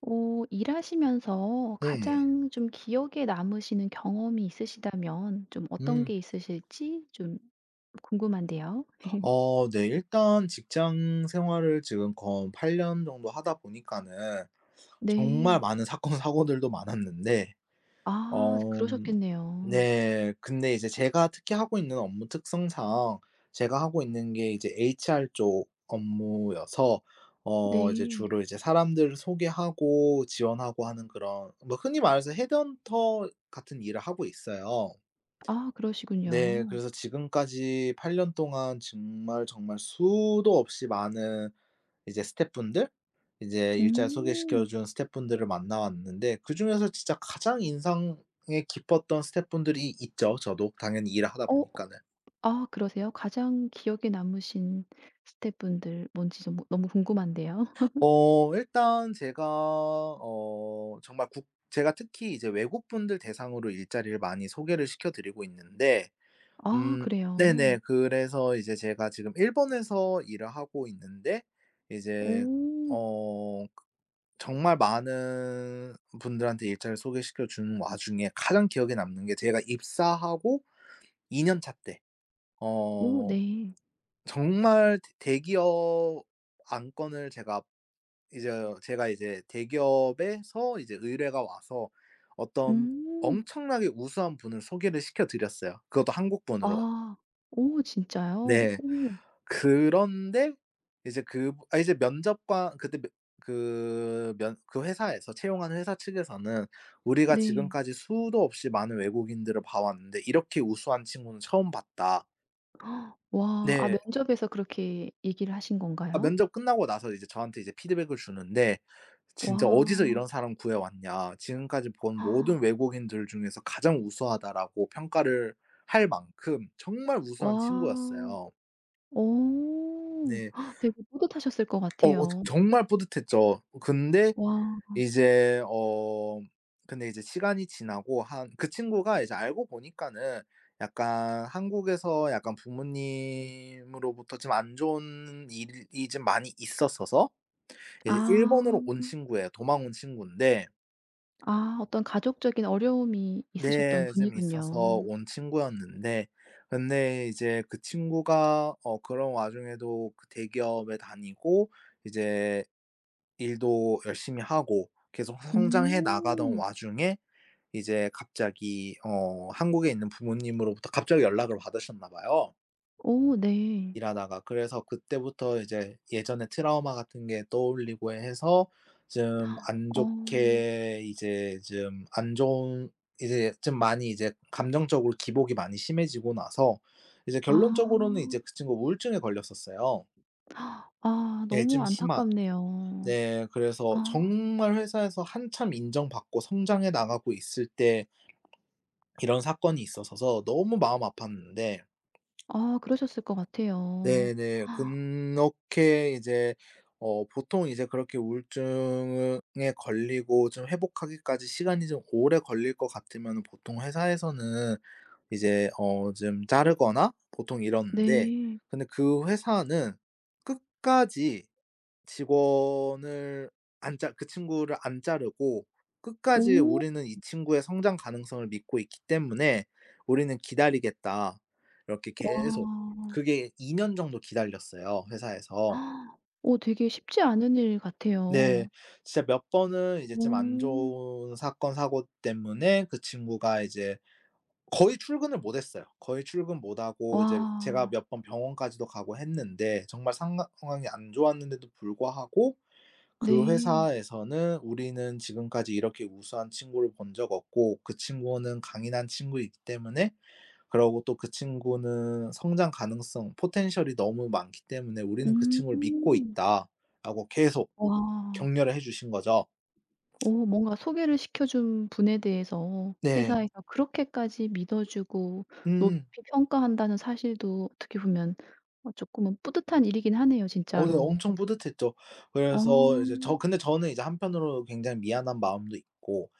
오, 일하시면서 네. 가장 좀 기억에 남으시는 경험이 있으시다면 좀 어떤 음. 게 있으실지 좀 궁금한데요. 네. 일단 직장 생활을 지금 거의 8년 정도 하다 보니까는 정말 네. 많은 사건 사고들도 많았는데 아, 어 그러셨겠네요. 네. 근데 이제 제가 특히 하고 있는 업무 특성상 제가 하고 있는 게 이제 HR 쪽 업무여서 이제 네. 주로 이제 사람들을 소개하고 지원하고 하는 그런 뭐 흔히 말해서 헤드헌터 같은 일을 하고 있어요. 아, 네. 그러시군요. 그래서 지금까지 8년 동안 정말, 정말 수도 없이 많은 이제 스태프분들 이제 일자리 소개시켜 음. 준 스태프분들을 만나 왔는데, 그중에서 진짜 가장 인상에 깊었던 스태프분들이 있죠, 저도 당연히 일을 하다 어, 보니까는. 아, 그러세요? 가장 기억에 남으신 스태프분들 뭔지 좀 너무 궁금한데요. 일단 제가 정말 국 제가 특히 이제 외국분들 대상으로 일자리를 많이 소개를 시켜 드리고 있는데 아, 음 그래요. 네네. 그래서 이제 제가 지금 일본에서 일을 하고 있는데 이제 오, 그 정말 많은 분들한테 일자리를 소개시켜 준 와중에 가장 기억에 남는 게, 제가 입사하고 2년차 년차 때 어 오, 어. 네. 정말 대 대기업 안건을 제가 이제 대기업에서 이제 의뢰가 와서 어떤 음. 엄청나게 우수한 분을 소개를 시켜 드렸어요. 그것도 한국분으로. 아, 오, 진짜요? 네. 오, 그런데 이제 이제 면접관 그때 며 그 면 그 회사에서 채용하는 회사 측에서는 "우리가 네. 지금까지 수도 없이 많은 외국인들을 봐 왔는데 이렇게 우수한 친구는 처음 봤다." 와. 아, 네. 면접에서 그렇게 얘기를 하신 아 건가요? 면접 끝나고 나서 이제 저한테 이제 피드백을 주는데 "진짜 어디서 와. 이런 사람 구해 왔냐. 지금까지 본 아, 모든 외국인들 중에서 가장 우수하다."라고 평가를 할 만큼 정말 우수한 와. 친구였어요. 오, 네. 아, 되게 뿌듯하셨을 것 같아요. 정말 뿌듯했죠. 근데 와. 이제 근데 이제 시간이 지나고 한 그 친구가 이제 알고 보니까는 약간 한국에서 약간 부모님으로부터 좀 안 좋은 일이 좀 많이 있었어서 이제 일본으로 아. 온 친구예요. 도망 온 친구인데 아, 어떤 가족적인 어려움이 있으셨던 네 좀 있어서 분이군요. 온 친구였는데 근데 이제 그 친구가 그런 와중에도 그 대기업에 다니고 이제 일도 열심히 하고 계속 성장해 나가던 음. 와중에 이제 갑자기 한국에 있는 부모님으로부터 갑자기 연락을 받으셨나 봐요, 오, 네. 일하다가. 그래서 그때부터 이제 예전의 트라우마 같은 게 떠올리고 해서 어. 좀 안 좋은 이제 좀 많이 이제 감정적으로 기복이 많이 심해지고 나서 이제 아. 결론적으로는 이제 그 친구 우울증에 걸렸었어요. 아, 예 너무 좀 심한. 안타깝네요. 네 그래서 아. 정말 회사에서 한참 인정받고 성장해 나가고 있을 때 이런 사건이 있어서 너무 마음 아팠는데 아, 그러셨을 것 같아요. 네네. 그렇게 이제 보통 이제 그렇게 우울증에 걸리고 좀 회복하기까지 시간이 좀 오래 걸릴 것 같으면 보통 회사에서는 이제 좀 자르거나 보통 이러는데 네. 근데 그 회사는 끝까지 직원을 안 자 그 친구를 안 자르고 끝까지 오. '우리는 이 친구의 성장 가능성을 믿고 있기 때문에 우리는 기다리겠다.' 이렇게 와. 계속, 그게 2년 정도 기다렸어요 회사에서. 아, 어 되게 쉽지 않은 일 네. 같아요. 진짜 몇 번은 이제 좀 안 오, 좋은 사건 사고 때문에 그 친구가 이제 거의 출근을 못 했어요. 거의 출근 못 하고 이제 제가 와. 몇 번 병원까지도 가고 했는데 정말 상황이 안 좋았는데도 불구하고 그 네. 회사에서는 "우리는 지금까지 이렇게 우수한 친구를 본 적 없고 그 친구는 강인한 친구이기 때문에 그러고 또 그 친구는 성장 가능성 포텐셜이 너무 많기 때문에 우리는 그 친구를 믿고 음. 있다."라고 계속 와. 격려를 해 주신 거죠. 오, 뭔가 소개를 시켜 준 분에 대해서 네. 회사에서 그렇게까지 믿어 주고 높이 음. 평가한다는 사실도 어떻게 보면 어금은 뿌듯한 일이긴 하네요, 네 진짜로. 엄청 뿌듯했죠. 그래서 어. 근데 저는 이제 한편으로 굉장히 미안한 마음도 있고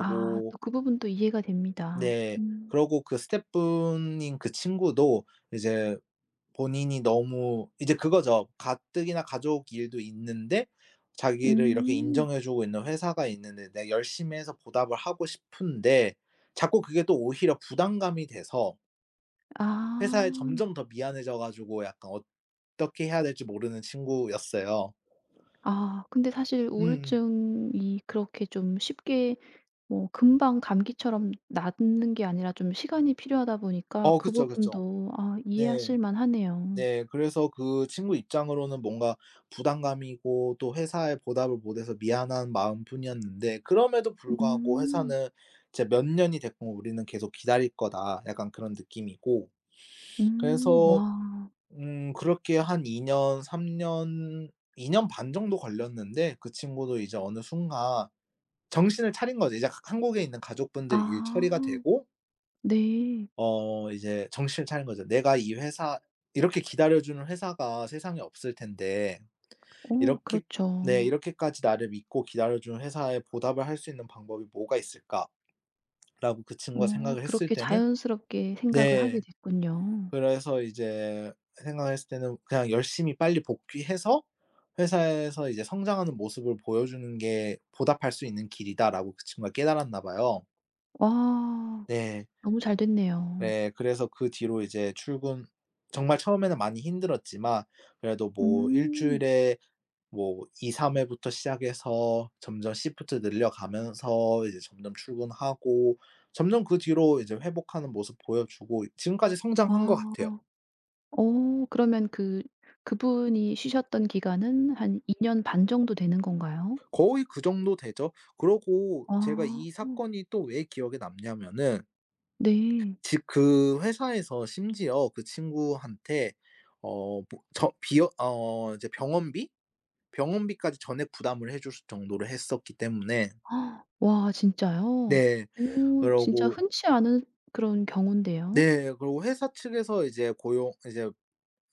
아, 또 그 부분도 이해가 됩니다. 네 음. 그러고 그 스태프분인 그 친구도 이제 본인이 너무 이제 그거죠. 가뜩이나 가족 일도 있는데 자기를 이렇게 음. 인정해 주고 있는 회사가 있는데 내가 열심히 해서 보답을 하고 싶은데 자꾸 그게 또 오히려 부담감이 돼서 회사에 아. 점점 더 미안해져 가지고 약간 어떻게 해야 될지 모르는 친구였어요. 아, 근데 사실 음. 우울증이 그렇게 좀 쉽게 뭐 금방 감기처럼 낫는 게 아니라 좀 시간이 필요하다 보니까 그 그쵸, 그쵸. 부분도 아 네. 이해하실 만하네요. 네. 그래서 그 친구 입장으로는 뭔가 부담감이고 또 회사에 보답을 못해서 미안한 마음뿐이었는데 그럼에도 불구하고 음. 회사는 이제 "몇 년이 됐고 우리는 계속 기다릴 거다." 약간 그런 느낌이고, 음. 그래서 와. 그렇게 한 2년 반 정도 걸렸는데 그 친구도 이제 어느 순간 정신을 차린 거죠. 이제 하 한국에 있는 가족분들 일 처리가 아. 되고 네. 이제 정신을 차린 거죠. '내가 이 회사, 이렇게 기다려 주는 회사가 세상에 없을 텐데 오, 이렇게 네 그렇죠. 이렇게까지 나를 믿고 기다려 주는 회사에 보답을 할 수 있는 방법이 뭐가 있을까?'라고 그 친구가 오, 생각을 했을 그렇게 때는, 자연스럽게 생각을 하게 네 됐군요. 그래서 이제 생각을 했을 때는 그냥 열심히 빨리 복귀해서 회사에서 이제 성장하는 모습을 보여주는 게 보답할 수 있는 길이다라고 그 친구가 깨달았나 봐요. 와. 네. 너무 잘 됐네요. 네. 그래서 그 뒤로 이제 출근, 정말 처음에는 많이 힘들었지만 그래도 뭐 일 음. 주일에 뭐 2-3 회부터 시작해서 점점 시프트 늘려가면서 이제 점점 출근하고 점점 그 뒤로 이제 회복하는 모습 보여주고 지금까지 와. 성장한 것 같아요. 어 그러면 그분이 쉬셨던 기간은 한 2년 반 정도 되는 건가요? 거의 그 정도 되죠. 그러고 아, 제가 이 사건이 또 왜 기억에 남냐면은 네. 지 그 회사에서 심지어 그 친구한테 어 뭐 저 비어 어 이제 병원비? 병원비까지 전액 부담을 해줄 정도로 했었기 때문에. 헉, 와, 진짜요? 네. 오, 진짜 그러고 흔치 않은 그런 경우인데요. 네. 그리고 회사 측에서 이제 고용 이제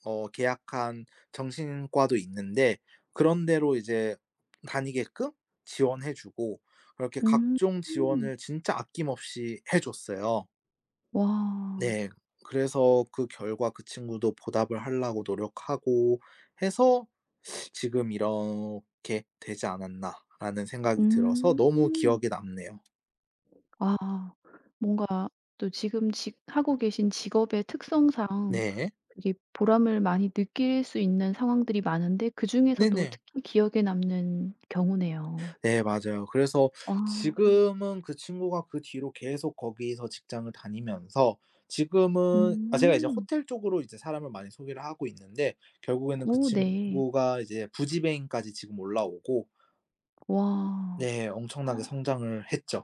어 계약한 정신과도 있는데 그런 데로 이제 다니게끔 지원해 주고 그렇게 음. 각종 지원을 진짜 아낌없이 해 줬어요. 와. 네. 그래서 그 결과 그 친구도 보답을 하려고 노력하고 해서 '지금 이렇게 되지 않았나.'라는 생각이 들어서 너무 음. 기억에 남네요. 아, 뭔가 또 지금 직 하고 계신 직업의 특성상 네. 이게 보람을 많이 느낄 수 있는 상황들이 많은데 그중에서도 네네. 특히 기억에 남는 경우네요. 네 맞아요. 그래서 아. 지금은 그 친구가 그 뒤로 계속 거기서 직장을 다니면서 지금은 아 제가 이제 음. 호텔 쪽으로 이제 사람을 많이 소개를 하고 있는데 결국에는 그 오, 네. 친구가 이제 부지배인까지 지금 올라오고 와. 네 엄청나게 성장을 했죠.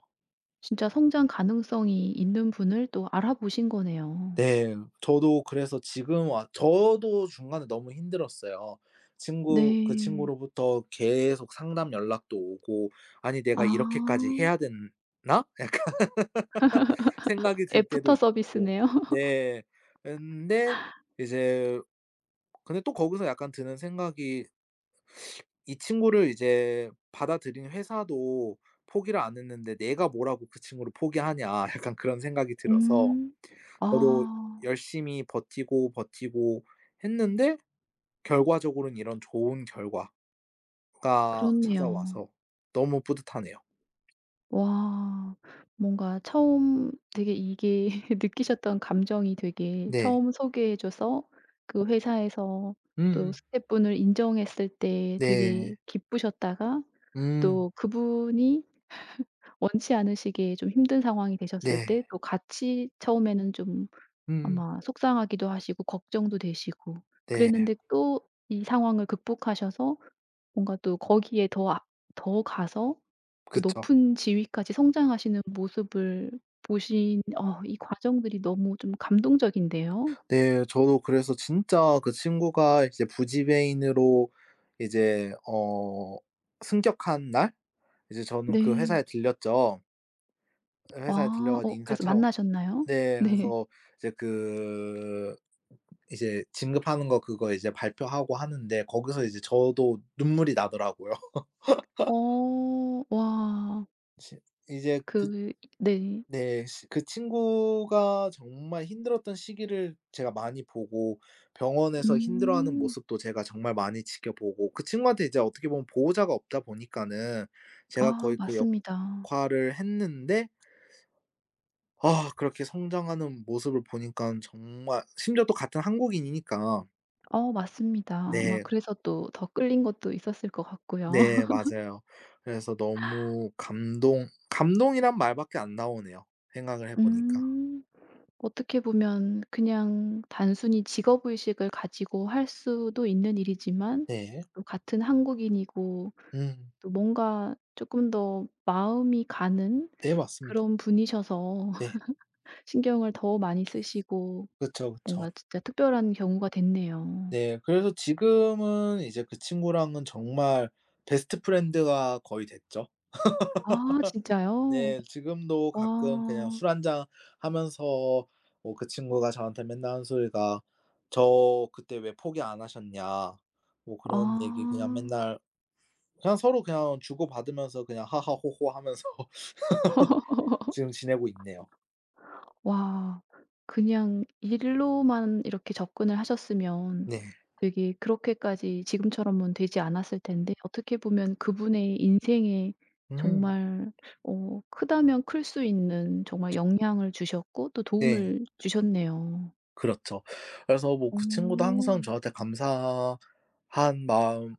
진짜 성장 가능성이 있는 분을 또 알아보신 거네요. 네. 저도 그래서 지금 와 저도 중간에 너무 힘들었어요. 친구 그 네. 친구로부터 계속 상담 연락도 오고 '아니 아. 내가 이렇게까지 해야 되나?' 생각이 들 때도 애프터 있고. 서비스네요. 네. 근데 이제 근데 또 거기서 약간 드는 생각이, 이 친구를 이제 받아들인 회사도 포기를 안 했는데 '내가 뭐라고 그 친구를 포기하냐.' 약간 그런 생각이 들어서 음. 저도 아, 열심히 버티고, 버티고 했는데 결과적으로는 이런 좋은 결과가 그렇네요. 찾아와서 너무 뿌듯하네요. 와. 뭔가 처음 되게 이게 느끼셨던 감정이 되게 네. 처음 소개해 줘서 그 회사에서 또 음음. 스태프분을 인정했을 때 되게 네. 기쁘셨다가 음. 또 그분이 원치 않으시게 좀 힘든 상황이 되셨을 네. 때 또 같이 처음에는 좀 음음. 아마 속상하기도 하시고 걱정도 되시고 네. 그랬는데 또 이 상황을 극복하셔서 뭔가 또 거기에 더 아 더 가서 또 그쵸. 높은 지위까지 성장하시는 모습을 보신 어 이 과정들이 너무 좀 감동적인데요. 네. 저도 그래서 진짜 그 친구가 이제 부지배인으로 이제 승격한 날, 이제 저는 그 네. 회사에 들렸죠. 회사에 들려 와, 가지고 어 인사 그래서 차원. 만나셨나요? 네. 네. 그래서 이제 그 이제 진급하는 거 그거 이제 발표하고 하는데 거기서 이제 저도 눈물이 나더라고요. 어. 와. 시 이제 그 그 네. 네. 시 그 친구가 정말 힘들었던 시기를 제가 많이 보고 병원에서 힘들어하는 음. 모습도 제가 정말 많이 지켜보고 그 친구한테 이제 어떻게 보면 보호자가 없다 보니까는 제가 아, 거의 그 맞습니다. 역할을 했는데 아 그렇게 성장하는 모습을 보니깐 정말 심지어 또 같은 한국인이니까. 어, 맞습니다. 아마 네. 그래서 또 더 끌린 것도 있었을 것 같고요. 네 맞아요. 그래서 너무 감동이란 말밖에 안 나오네요 생각을 해 보니까. 음. 어떻게 보면 그냥 단순히 직업 의식을 가지고 할 수도 있는 일이지만 네. 또 같은 한국인이고 음. 또 뭔가 조금 더 마음이 가는 네 맞습니다. 그런 분이셔서 네. 신경을 더 많이 쓰시고 그쵸, 그쵸. 뭔가 진짜 특별한 경우가 됐네요. 네. 그래서 지금은 이제 그 친구랑은 정말 베스트 프렌드가 거의 됐죠. 아, 진짜요? 네. 지금도 가끔 그냥 와. 술 한잔 하면서 뭐 그 친구가 저한테 맨날 하는 소리가 "저 그때 왜 포기 안 하셨냐." 뭐 그런 얘기 그냥 아. 맨날 그냥 서로 그냥 주고받으면서 그냥 하하호호 하면서 지금 지내고 있네요. 와. 그냥 일로만 이렇게 접근을 하셨으면 네. 되게 그렇게까지 지금처럼은 되지 않았을 텐데 어떻게 보면 그분의 인생에 음. 정말 어 크다면 클 수 있는 정말 영향을 주셨고 또 네. 도움을 주셨네요. 그렇죠. 그래서 뭐 오, 그 친구도 항상 저한테 감사한 마음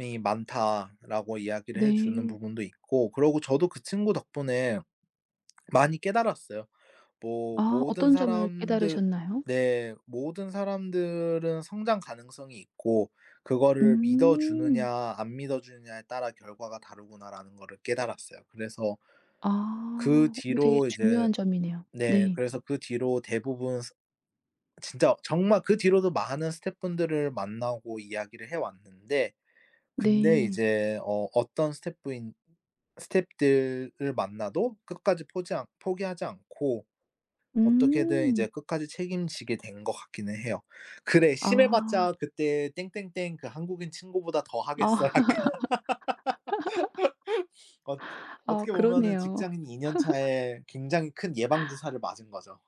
이 많다라고 이야기를 해 주는 네. 부분도 있고 그러고 저도 그 친구 덕분에 많이 깨달았어요. 뭐 아, 모든 어떤 점을 사람들. 깨달으셨나요? 네. 모든 사람들은 성장 가능성이 있고 그거를 믿어 음. 주느냐 안 믿어 주느냐에 따라 결과가 다르구나라는 거를 깨달았어요. 그래서 그 아. 오, 되게 뒤로 이제 중요한 점이네요. 네 네. 그래서 그 뒤로 대부분 스 진짜 정말 그 뒤로도 많은 스태프분들을 만나고 이야기를 해 왔는데 근데 네. 이제 어떤 스태프인 스태프들을 만나도 끝까지 포지 않 포기하지 않고 어떻게든 음. 이제 끝까지 책임지게 된 것 같기는 해요. '그래 아. 심해봤자 그때 땡땡땡 그 한국인 친구보다 더 하겠어.' 아. 약간 어 아, 어떻게 보면은 그러네요. 직장인 2년 차에 굉장히 큰 예방주사를 맞은 거죠.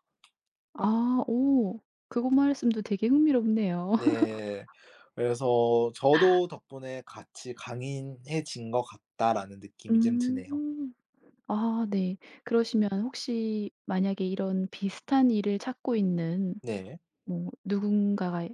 아, 오, 그거 말씀도 되게 흥미롭네요. 네. 그래서 저도 덕분에 같이 '강인해진 것 같다.'라는 느낌이 좀 드네요. 음. 아, 네. 그러시면 혹시 만약에 이런 비슷한 일을 찾고 있는 네. 뭐 누군가가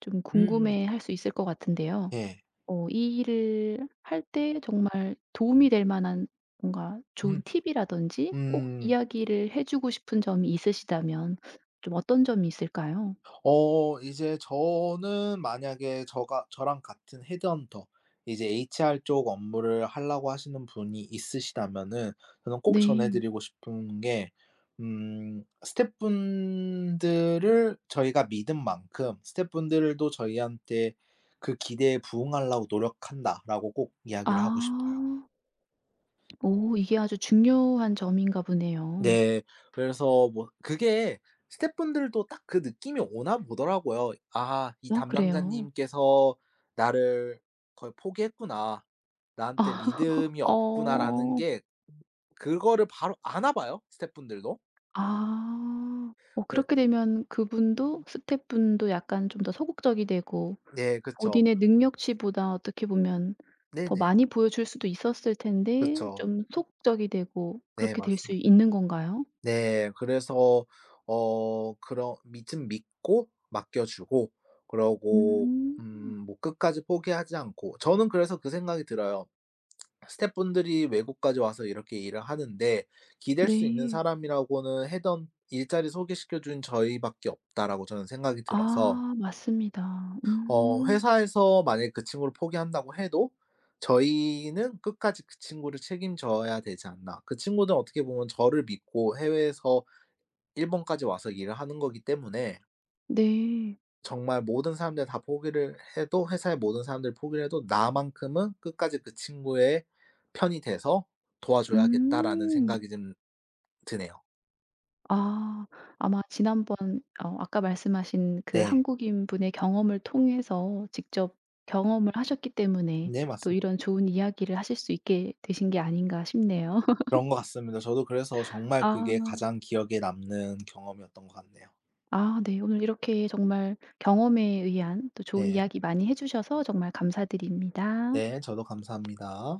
좀 음음. 궁금해할 수 있을 것 같은데요. 예. 어 이 일을 할 때 정말 도움이 될 만한 뭔가 좋은 음. 팁이라든지 꼭 음. 이야기를 해 주고 싶은 점이 있으시다면 좀 어떤 점이 있을까요? 이제 저는 만약에 저가 저랑 같은 헤드헌터 이제 HR 쪽 업무를 하려고 하시는 분이 있으시다면은 저는 꼭 전해 네. 드리고 싶은 게, 스태프분들을 저희가 믿은 만큼 스태프분들도 저희한테 "그 기대에 부응하려고 노력한다."라고 꼭 이야기를 하고 싶어요. 아. 오, 이게 아주 중요한 점인가 보네요. 네. 그래서 뭐 그게 스태프분들도 딱 그 느낌이 오나 보더라고요. '아 이 와, 그래요? 담당자님께서 나를 거의 포기했구나. 나한테 믿음이 없구나.'라는 어. 게, 그거를 바로 아나 봐요, 스태프분들도. 아. 어 네. 그렇게 되면 그분도 스태프분도 약간 좀 더 소극적이 되고 네 그쵸. 본인의 능력치보다 어떻게 보면 더 네네. 많이 보여줄 수도 있었을 텐데 그쵸. 좀 소극적이 되고 네 그렇게 될 수 맞습니다. 있는 건가요? 네. 그래서 어 그런 믿믿고 맡겨 주고 그러고 음. 뭐 끝까지 포기하지 않고. 저는 그래서 그 생각이 들어요. 스태프분들이 외국까지 와서 이렇게 일을 하는데 기댈 수 있는 네. 사람이라고는 해던 일자리 소개시켜 준 저희밖에 없다라고 저는 생각이 들어서 아, 맞습니다. 음. 회사에서 만약에 그 친구를 포기한다고 해도 저희는 끝까지 그 친구를 책임져야 되지 않나. 그 친구은 어떻게 보면 저를 믿고 해외에서 일본까지 와서 일을 하는 거기 때문에 네. 정말 모든 사람들 다 포기를 해도 회사의 모든 사람들 포기를 해도 '나만큼은 끝까지 그 친구의 편이 돼서 도와줘야겠다.'라는 음. 생각이 좀 드네요. 아. 아마 지난번 어 아까 말씀하신 그 네. 한국인분의 경험을 통해서 직접 경험을 하셨기 때문에 네 또 맞습 니다 이런 좋은 이야기를 하실 수 있게 되신 게 아닌가 싶네요. 그런 것 같습니다. 저도 그래서 정말 그게 아. 가장 기억에 남는 경험이었던 것 같네요. 아, 네. 오늘 이렇게 정말 경험에 의한 또 좋은 네. 이야기 많이 해 주셔서 정말 감사드립니다. 네 저도 감사합니다.